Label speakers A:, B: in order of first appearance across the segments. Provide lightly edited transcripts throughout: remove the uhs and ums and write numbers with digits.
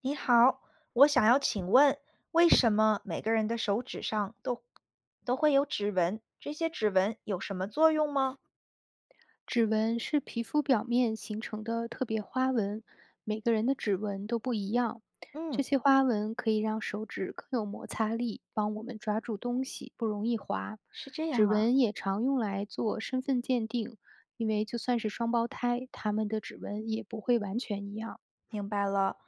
A: 你好，我想要请问，为什么每个人的手指上都会有指纹？这些指纹有什么作用吗？
B: 指纹是皮肤表面形成的特别花纹，每个人的指纹都不一样。
A: 嗯，
B: 这些花纹可以让手指更有摩擦力，帮我们抓住东西，不容易滑。
A: 是这
B: 指
A: 样啊，
B: 纹也常用来做身份鉴定，因为就算是双胞胎，他们的指纹也不会完全一样。
A: 明白了。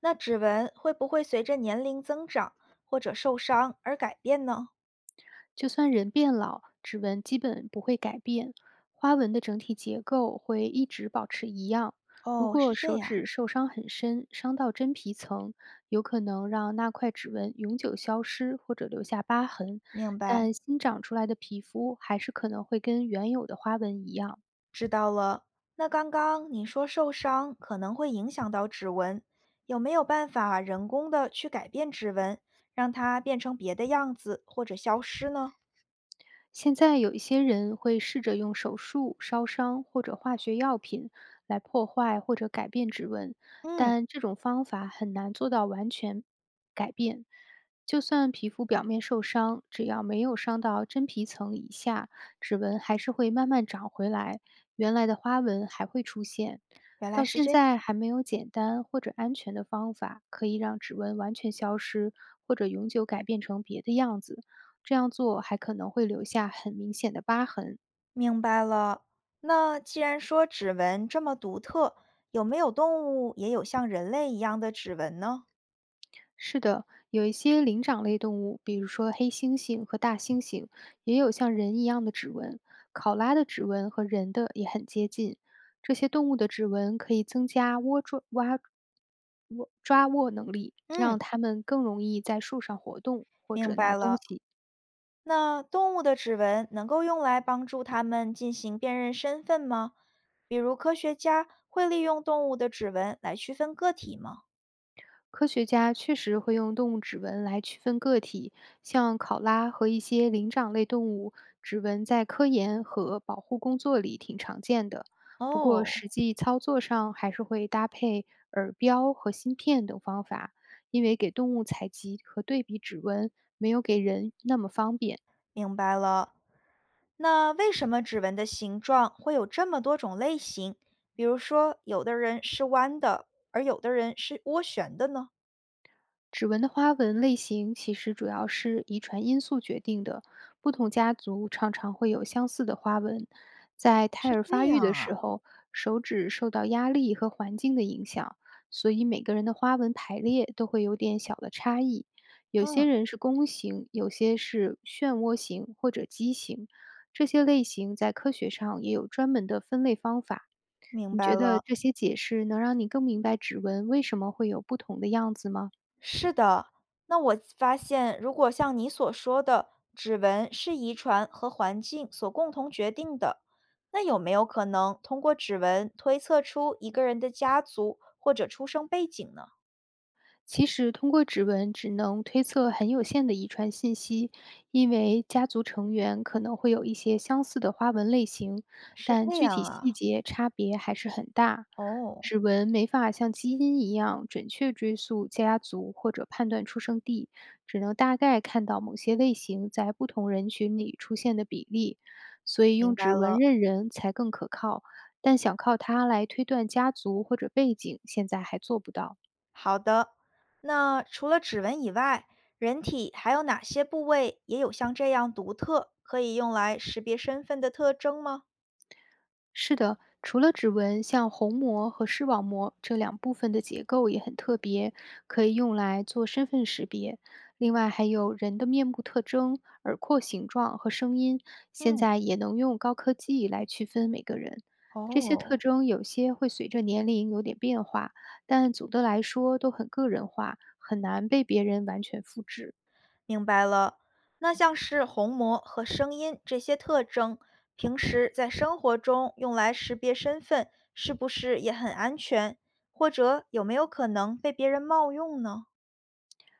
A: 那指纹会不会随着年龄增长或者受伤而改变呢？
B: 就算人变老，指纹基本不会改变，花纹的整体结构会一直保持一样。如
A: 哦，是
B: 果
A: 这
B: 手
A: 样，
B: 指受伤很深，伤到真皮层，有可能让那块指纹永久消失或者留下疤痕，
A: 明白，
B: 但新长出来的皮肤还是可能会跟原有的花纹一样。
A: 知道了。那刚刚你说受伤可能会影响到指纹，有没有办法人工的去改变指纹，让它变成别的样子或者消失呢？
B: 现在有一些人会试着用手术、烧伤或者化学药品来破坏或者改变指纹，
A: 嗯，
B: 但这种方法很难做到完全改变。就算皮肤表面受伤，只要没有伤到真皮层以下，指纹还是会慢慢长回来，原来的花纹还会出现。
A: 原来
B: 到
A: 是
B: 现
A: 这，
B: 在还没有简单或者安全的方法可以让指纹完全消失，或者永久改变成别的样子。这样做还可能会留下很明显的疤痕。
A: 明白了。那既然说指纹这么独特，有没有动物也有像人类一样的指纹呢？
B: 是的，有一些灵长类动物，比如说黑猩猩和大猩猩，也有像人一样的指纹。考拉的指纹和人的也很接近。这些动物的指纹可以增加窝抓挖握抓握能力，
A: 嗯，
B: 让它们更容易在树上活动或
A: 明
B: 者拿
A: 白
B: 东
A: 了。
B: 西。
A: 那动物的指纹能够用来帮助它们进行辨认身份吗？比如科学家会利用动物的指纹来区分个体吗？
B: 科学家确实会用动物指纹来区分个体，像考拉和一些灵长类动物，指纹在科研和保护工作里挺常见的。不过，
A: 哦，
B: 实际操作上还是会搭配耳标和芯片等方法，因为给动物采集和对比指纹没有给人那么方便。
A: 明白了。那为什么指纹的形状会有这么多种类型？比如说，有的人是弯的，而有的人是涡旋的呢？
B: 指纹的花纹类型其实主要是遗传因素决定的，不同家族常常会有相似的花纹。在胎
A: 是
B: 儿
A: 这
B: 发育
A: 样
B: 的时
A: 啊。
B: 候，手指受到压力和环境的影响，所以每个人的花纹排列都会有点小的差异。有些
A: 嗯，
B: 人是弓形，有些是漩涡形或者畸形。这些类型在科学上也有专门的分类方法。
A: 明
B: 你
A: 白
B: 觉得
A: 了。
B: 这些解释能让你更明白指纹为什么会有不同的样子吗？
A: 是的，那我发现，如果像你所说的，指纹是遗传和环境所共同决定的，那有没有可能通过指纹推测出一个人的家族或者出生背景呢？
B: 其实，通过指纹只能推测很有限的遗传信息，因为家族成员可能会有一些相似的花纹类型，
A: 是
B: 但
A: 这
B: 具体
A: 样啊，
B: 细节差别还是很大。
A: 哦，
B: 指纹没法像基因一样准确追溯家族或者判断出生地，只能大概看到某些类型在不同人群里出现的比例，所以
A: 明
B: 用
A: 白
B: 指纹
A: 了。
B: 认人才更可靠。但想靠它来推断家族或者背景，现在还做不到。
A: 好的，那除了指纹以外，人体还有哪些部位也有像这样独特，可以用来识别身份的特征吗？
B: 是的，除了指纹，像虹膜和视网膜这两部分的结构也很特别，可以用来做身份识别。另外，还有人的面部特征、耳廓形状和声音，现
A: 嗯，
B: 在也能用高科技来区分每个人。这些特
A: 哦。
B: 征有些会随着年龄有点变化，但总的来说都很个人化，很难被别人完全复制。
A: 明白了。那像是虹膜和声音这些特征，平时在生活中用来识别身份，是不是也很安全？或者有没有可能被别人冒用呢？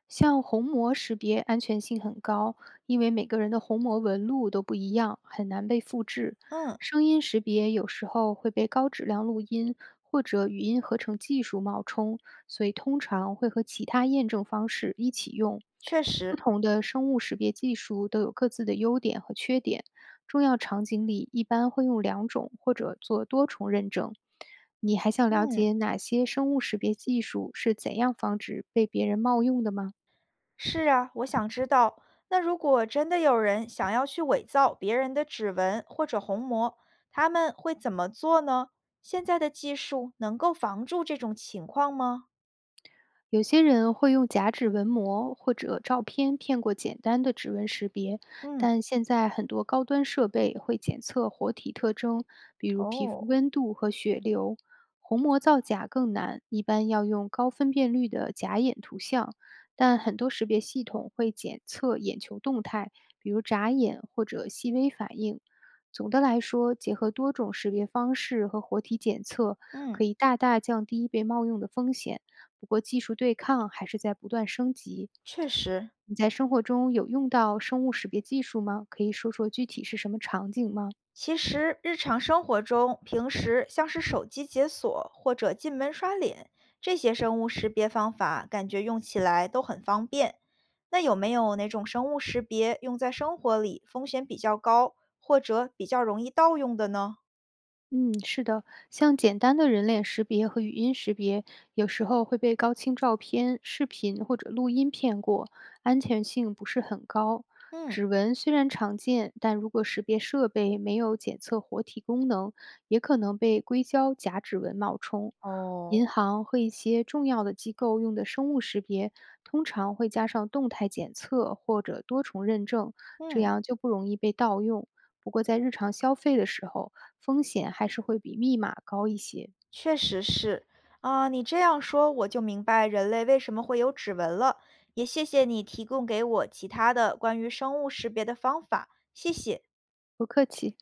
B: 像虹膜识别安全性很高，因为每个人的虹膜纹路都不一样，很难被复制。
A: 嗯，
B: 声音识别有时候会被高质量录音或者语音合成技术冒充，所以通常会和其他验证方式一起用。
A: 确
B: 不
A: 实，
B: 同的生物识别技术都有各自的优点和缺点，重要场景里一般会用两种或者做多重认证。你还想了
A: 嗯，
B: 解哪些生物识别技术是怎样防止被别人冒用的吗？
A: 是啊，我想知道。那如果真的有人想要去伪造别人的指纹或者虹膜，他们会怎么做呢？现在的技术能够防住这种情况吗？
B: 有些人会用假指纹膜或者照片骗过简单的指纹识别，
A: 嗯，
B: 但现在很多高端设备会检测活体特征，比如皮肤
A: 哦，
B: 温度和血流。虹膜造假更难，一般要用高分辨率的假眼图像，但很多识别系统会检测眼球动态，比如眨眼或者细微反应。总的来说，结合多种识别方式和活体检测，
A: 嗯，
B: 可以大大降低被冒用的风险。不过技术对抗还是在不断升级。
A: 确实。
B: 你在生活中有用到生物识别技术吗？可以说说具体是什么场景吗？
A: 其实，日常生活中，平时像是手机解锁或者进门刷脸这些生物识别方法，感觉用起来都很方便。那有没有哪种生物识别用在生活里风险比较高，或者比较容易盗用的呢？
B: 嗯，是的，像简单的人脸识别和语音识别，有时候会被高清照片、视频或者录音骗过，安全性不是很高。
A: 嗯
B: 指纹虽然常见，但如果识别设备没有检测活体功能，也可能被硅胶假指纹冒充。银
A: 哦，
B: 行和一些重要的机构用的生物识别，通常会加上动态检测或者多重认证，这
A: 嗯，
B: 样就不容易被盗用。不过在日常消费的时候，风险还是会比密码高一些。
A: 确实是啊，你这样说我就明白人类为什么会有指纹了。也谢谢你提供给我其他的关于生物识别的方法，谢谢。
B: 不客气。